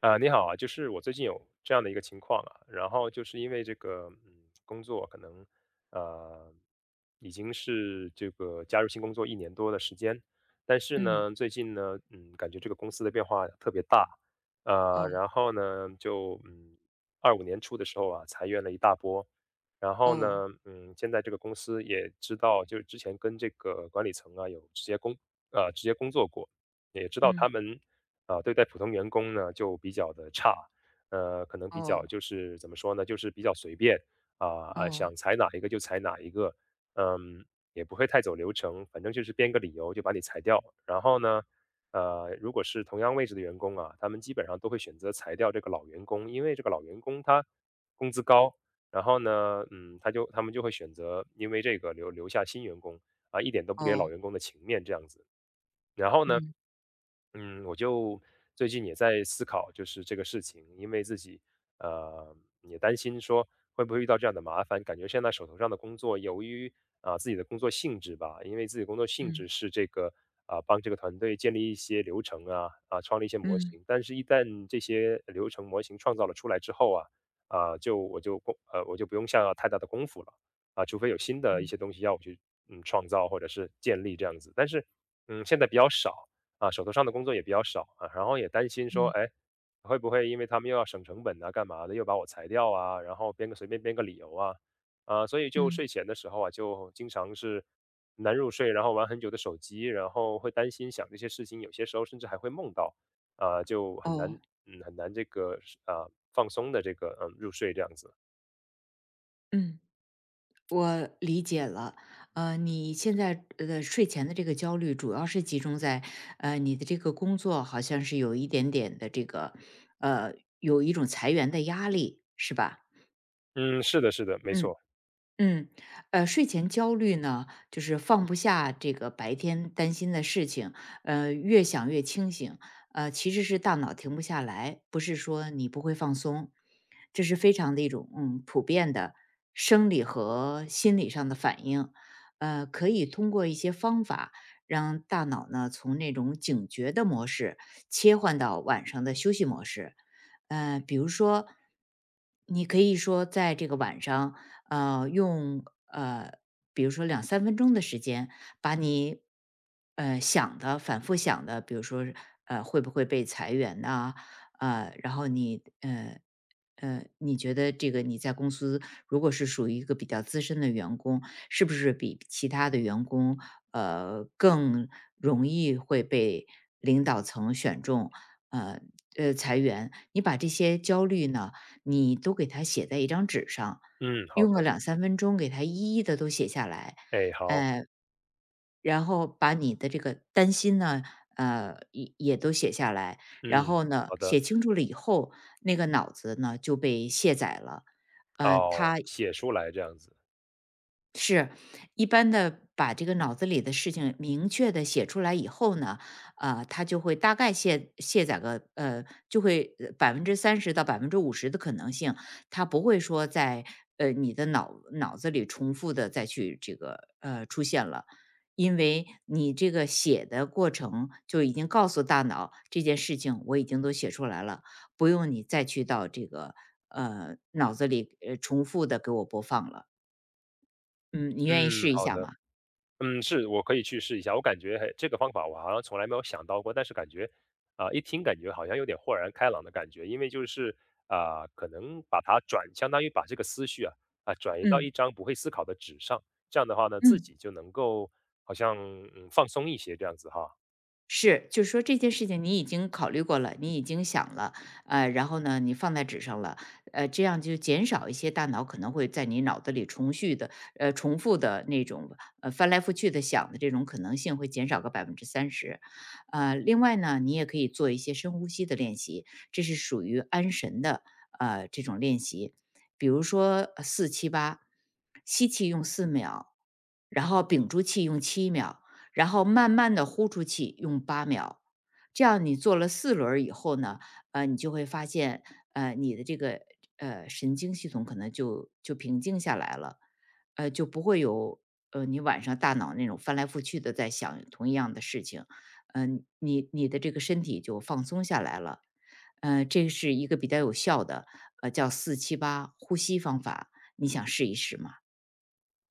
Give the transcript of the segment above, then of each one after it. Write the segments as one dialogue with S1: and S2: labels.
S1: 啊，你好啊，就是我最近有这样的一个情况啊，然后就是因为这个，工作可能，呃，已经是这个加入新工作1年多的时间，但是
S2: 嗯，
S1: 呢，最近呢，感觉这个公司的变化特别大，呃，
S2: 哦，
S1: 然后呢，就嗯，25年初的时候啊，裁员了一大波，然后
S2: 哦，
S1: 呢，现在这个公司也知道，就是之前跟这个管理层啊有直接工，直接工作过，也知道他
S2: 嗯，
S1: 们啊，对待普通员工呢就比较的差，可能比较
S2: 哦，
S1: 就是怎么说呢，就是比较随便啊，
S2: 哦，
S1: 想裁哪一个就裁哪一个，嗯，也不会太走流程，反正就是编个理由就把你裁掉。然后呢，如果是同样位置的员工啊，他们基本上都会选择裁掉这个老员工，因为这个老员工他工资高，然后呢，他们就会选择因为这个留下新员工啊，一点都不给老
S2: 哦，
S1: 员工的情面这样子。然后呢，
S2: 嗯，
S1: 我就最近也在思考，就是这个事情，因为自己呃也担心说会不会遇到这样的麻烦。感觉现在手头上的工作，由于啊、自己的工作性质吧，因为自己工作性
S2: 嗯，
S1: 质是这个啊、帮这个团队建立一些流程啊、创立一些模
S2: 嗯，
S1: 型，但是一旦这些流程模型创造了出来之后啊、就我就工呃我就不用下太大的功夫了啊、除非有新的一
S2: 嗯，
S1: 些东西要我去创造或者是建立这样子，但是现在比较少。啊，手头上的工作也比较少啊，然后也担心说，
S2: 嗯，
S1: 哎，会不会因为他们又要省成本啊，干嘛的，又把我裁掉啊，然后随便编个理由啊，啊，所以就
S2: 嗯，
S1: 睡前的时候啊，就经常是难入睡，然后玩很久的手机，然后会担心想这些事情，有些时候甚至还会梦到，啊，就很难，
S2: 哦，
S1: 很难这个啊放松的这个入睡这样子。
S2: 嗯，我理解了。你现在睡前的这个焦虑，主要是集中在你的这个工作好像是有一点点的这个呃有一种裁员的压力，是吧？
S1: 嗯，是的，是的，没
S2: 嗯。
S1: 错。
S2: 嗯，睡前焦虑呢，就是放不下这个白天担心的事情，越想越清醒，其实是大脑停不下来，不是说你不会放松，这是非常的一种普遍的生理和心理上的反应，可以通过一些方法让大脑呢从那种警觉的模式切换到晚上的休息模式，比如说，你可以说在这个晚上。用呃，比如说两三分钟的时间，把你想的反复想的，比如说会不会被裁员呐、然后你觉得这个你在公司如果是属于一个比较资深的员工，是不是比其他的员工更容易会被领导层选中？呃裁员，你把这些焦虑呢，你都给它写在一张纸上，
S1: 嗯，好
S2: 用个
S1: 的。
S2: 两三分钟给它一一的都写下来，
S1: 哎，好。
S2: 呃，然后把你的这个担心呢，也都写下来。然
S1: 嗯，
S2: 后呢，
S1: 好
S2: 写
S1: 的。
S2: 清楚了以后，那个脑子呢就被卸载了，呃，
S1: 哦，
S2: 它
S1: 写出来这样子。
S2: 是，一般的把这个脑子里的事情明确的写出来以后呢，它就会大概卸载个就会百分之三十到50%的可能性，它不会说在你的脑子里重复的再去这个出现了，因为你这个写的过程就已经告诉大脑这件事情我已经都写出来了，不用你再去到这个脑子里重复的给我播放了。嗯，你愿意
S1: 嗯，
S2: 试一
S1: 好
S2: 下
S1: 的。
S2: 吗？
S1: 嗯，是，我可以去试一下。我感觉还这个方法我好像从来没有想到过，但是感觉啊、一听感觉好像有点豁然开朗的感觉，因为就是啊、可能把它转，相当于把这个思绪啊、转移到
S2: 嗯，
S1: 一张不会思考的纸上，这样的话呢，自
S2: 嗯。
S1: 己就能够好像放松一些这样子哈。
S2: 是，就是说这件事情你已经考虑过了，你已经想了，然后呢，你放在纸上了，这样就减少一些大脑可能会在你脑子里重续的，重复的那种，翻来覆去的想的这种可能性会减少个百分之三十，另外呢，你也可以做一些深呼吸的练习，这是属于安神的，这种练习，比如说四七八，四七八吸气用4秒，然后屏住气用7秒，然后慢慢的呼出气，用8秒。这样你做了4轮儿以后呢，你就会发现，你的这个神经系统可能就平静下来了，就不会有你晚上大脑那种翻来覆去的在想同一样的事情，你的这个身体就放松下来了，这是一个比较有效的，叫四七八呼吸方法，你想试一试吗？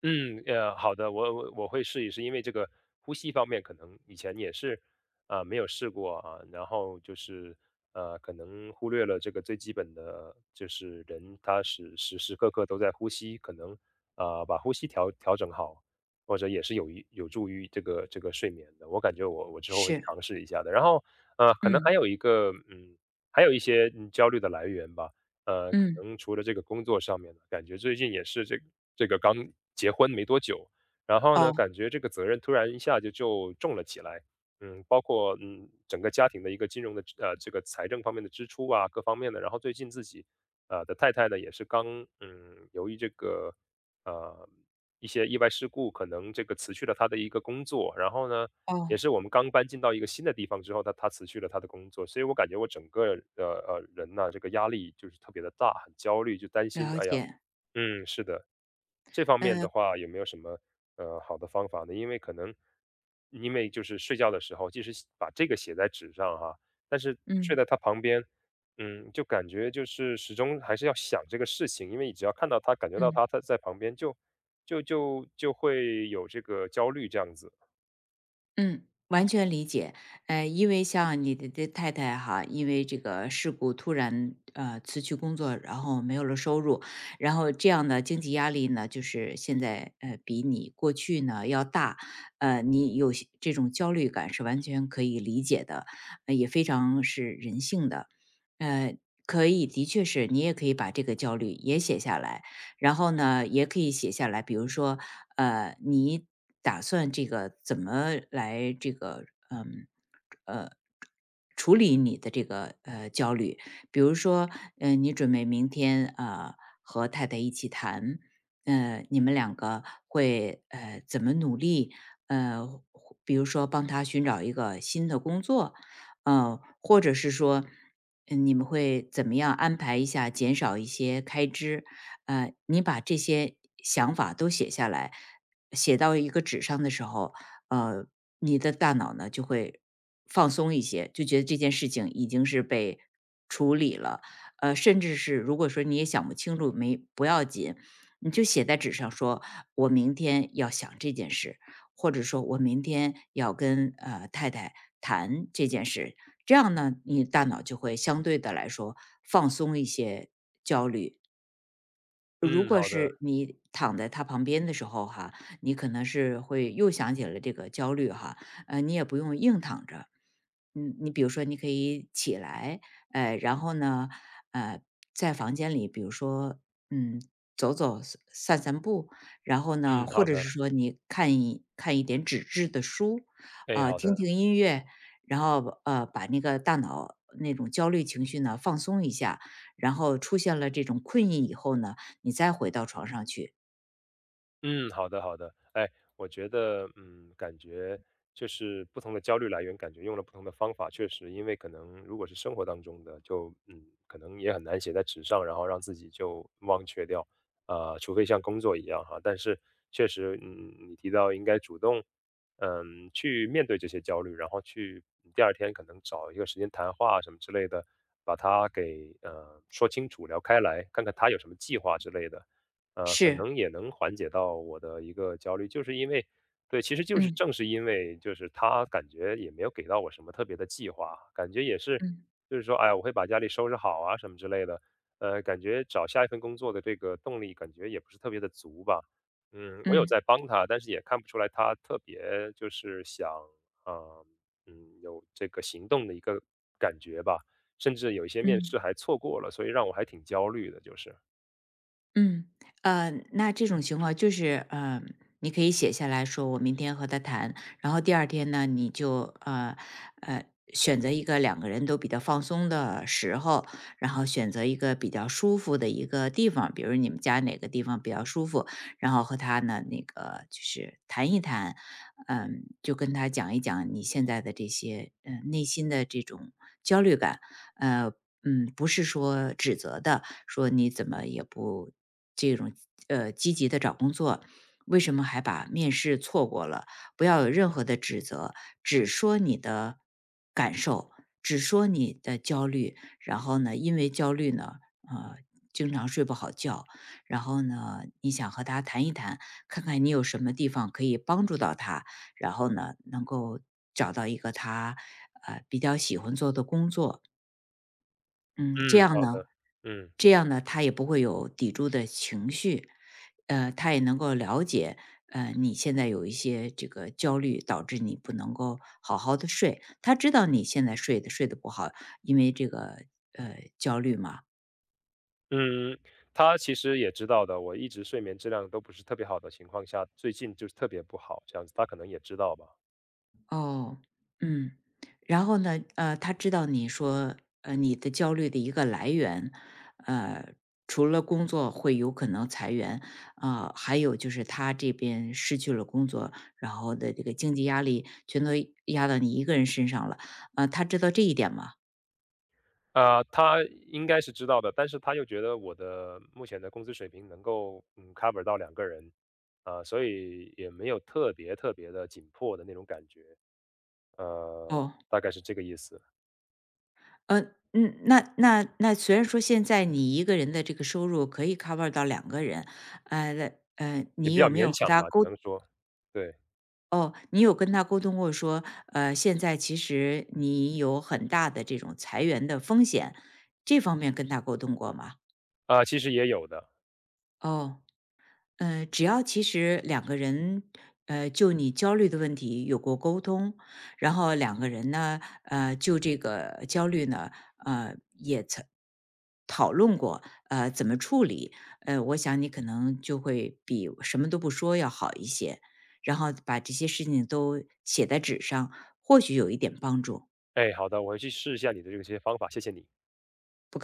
S1: 嗯，好的，我会试一试，因为这个呼吸方面可能以前也是啊、没有试过啊，然后就是可能忽略了这个最基本的，就是人他是时时刻刻都在呼吸，可能啊、把呼吸调整好，或者也是有助于这个睡眠的。我感觉我之后会
S2: 是，
S1: 尝试一下的。然后可能
S2: 嗯
S1: 还有一个还有一些焦虑的来源吧，可
S2: 嗯，
S1: 能除了这个工作上面呢，感觉最近也是这个刚结婚没多久，然后呢，
S2: 哦
S1: 感觉这个责任突然一下就重了起来。嗯，包括整个家庭的一个金融的支呃这个财政方面的支出啊，各方面的。然后最近自己的太太呢，也是刚由于这个呃一些意外事故，可能这个辞去了她的一个工作，然后呢也
S2: 哦，
S1: 是我们刚搬进到一个新的地方之后，他辞去了他的工作，所以我感觉我整个人呐、这个压力就是特别的大，很焦虑，就担心，
S2: 了
S1: 哎呀，
S2: 解，
S1: 嗯，是的，这方面
S2: 呃，
S1: 的话有没有什么好的方法呢？因为可能因为就是睡觉的时候，即使写把这个写在纸上哈，但是睡在
S2: 嗯
S1: 他旁边，就感觉就是始终还是要想这个事情，因为你只要看到他，感觉到
S2: 嗯
S1: 他在旁边就就会有这个焦虑这样子。
S2: 嗯，完全理解。因为像你的这太太哈，因为这个事故突然辞去工作，然后没有了收入，然后这样的经济压力呢，就是现在比你过去呢要大。你有些这种焦虑感是完全可以理解的，也非常是人性的。呃，可以，的确是你也可以把这个焦虑也写下来，然后呢，也可以写下来，比如说你打算这个怎么来这个呃处理你的这个焦虑？比如说，你准备明天和太太一起谈，你们两个会怎么努力？呃，或比如说帮他寻找一个新的工作，或者是说，嗯，你们会怎么样安排一下，减少一些开支？你把这些想法都写下来，写到一个纸上的时候，呃，你的大脑呢就会放松一些，就觉得这件事情已经是被处理了。甚至是如果说你也想不清楚，没不要紧，你就写在纸上说，我明天要想这件事，或者说我明天要跟太太谈这件事。这样呢，你大脑就会相对的来说放松一些焦虑，如
S1: 嗯，
S2: 果
S1: 好的，
S2: 是你躺在他旁边的时候哈，你可能是会又想起了这个焦虑哈，你也不用硬躺着，嗯，你比如说你可以起来，然后呢，呃，在房间里，比如说，嗯，走走散散步，然后呢，
S1: 嗯，
S2: 或
S1: 好
S2: 者是
S1: 的。
S2: 说你看一看一点纸质的书，
S1: 哎，好
S2: 听
S1: 的，
S2: 听音乐，然后把那个大脑那种焦虑情绪呢放松一下，然后出现了这种困意以后呢。你再回到床上去。
S1: 嗯，好的，好的，哎，我觉得，嗯，感觉就是不同的焦虑来源，感觉用了不同的方法，确实，因为可能如果是生活当中的，就可能也很难写在纸上，然后让自己就忘却掉，啊、除非像工作一样哈，但是确实，嗯，你提到应该主动，嗯，去面对这些焦虑，然后去第二天可能找一个时间谈话什么之类的，把它给说清楚，聊开来，看看他有什么计划之类的。可
S2: 是，
S1: 能也能缓解到我的一个焦虑。就是因为对，其实就是
S2: 嗯
S1: 正是因为就是他感觉也没有给到我什么特别的计划，感觉也是
S2: 嗯
S1: 就是说，哎呀，我会把家里收拾好啊什么之类的。感觉找下一份工作的这个动力感觉也不是特别的足吧。嗯，我有
S2: 嗯
S1: 在帮他，但是也看不出来他特别就是想，呃，嗯，有这个行动的一个感觉吧。甚至有一些面试
S2: 嗯。
S1: 还错过了，所以让我还挺焦虑的，就是。
S2: 嗯，那这种情况就是，你可以写下来说，我明天和他谈，然后第二天呢，你就呃选择一个两个人都比较放松的时候，然后选择一个比较舒服的一个地方，比如你们家哪个地方比较舒服，然后和他呢那个就是谈一谈，就跟他讲一讲你现在的这些内心的这种焦虑感，呃，不是说指责的，说你怎么也不这种积极的找工作，为什么还把面试错过了？不要有任何的指责，只说你的感受，只说你的焦虑。然后呢，因为焦虑呢，呃，经常睡不好觉。然后呢，你想和他谈一谈，看看你有什么地方可以帮助到他，然后呢，能够找到一个他比较喜欢做的工作。嗯，
S1: 嗯，好的，嗯。
S2: 这样呢，他也不会有抵触的情绪，他也能够了解，你现在有一些这个焦虑，导致你不能够好好的睡。他知道你现在睡得不好，因为这个焦虑嘛，
S1: 嗯，他其实也知道的，我一直睡眠质量都不是特别好的情况下，最近就是特别不好，这样子，他可能也知道吧。
S2: 哦，嗯，然后呢，他知道你说，你的焦虑的一个来源，呃，除了工作会有可能裁员，还有就是他这边失去了工作，然后的这个经济压力全都压到你一个人身上了，他知道这一点吗？
S1: 啊、他应该是知道的，但是他又觉得我的目前的工资水平能够cover 到2个人，啊、所以也没有特别特别的紧迫的那种感觉，呃，
S2: 哦，
S1: 大概是这个意思，
S2: 呃，嗯，那虽然说现在你一个人的这个收入可以 cover 到两个人，
S1: 也
S2: 你
S1: 比较
S2: 有没
S1: 勉
S2: 有和
S1: 强
S2: 他
S1: 吧，只
S2: 沟？
S1: 能说，对，
S2: 哦，你有跟他沟通过说，现在其实你有很大的这种裁员的风险，这方面跟他沟通过吗？
S1: 啊、其实也有的。
S2: 哦。只要其实两个人，就你焦虑的问题有过沟通，然后两个人呢，就这个焦虑呢，也曾讨论过，怎么处理，我想你可能就会比什么都不说要好一些，然后把这些事情都写在纸上，或许有一点帮助，
S1: 哎，好的，我回去试一下你的这些方法，谢谢你。
S2: 不客气。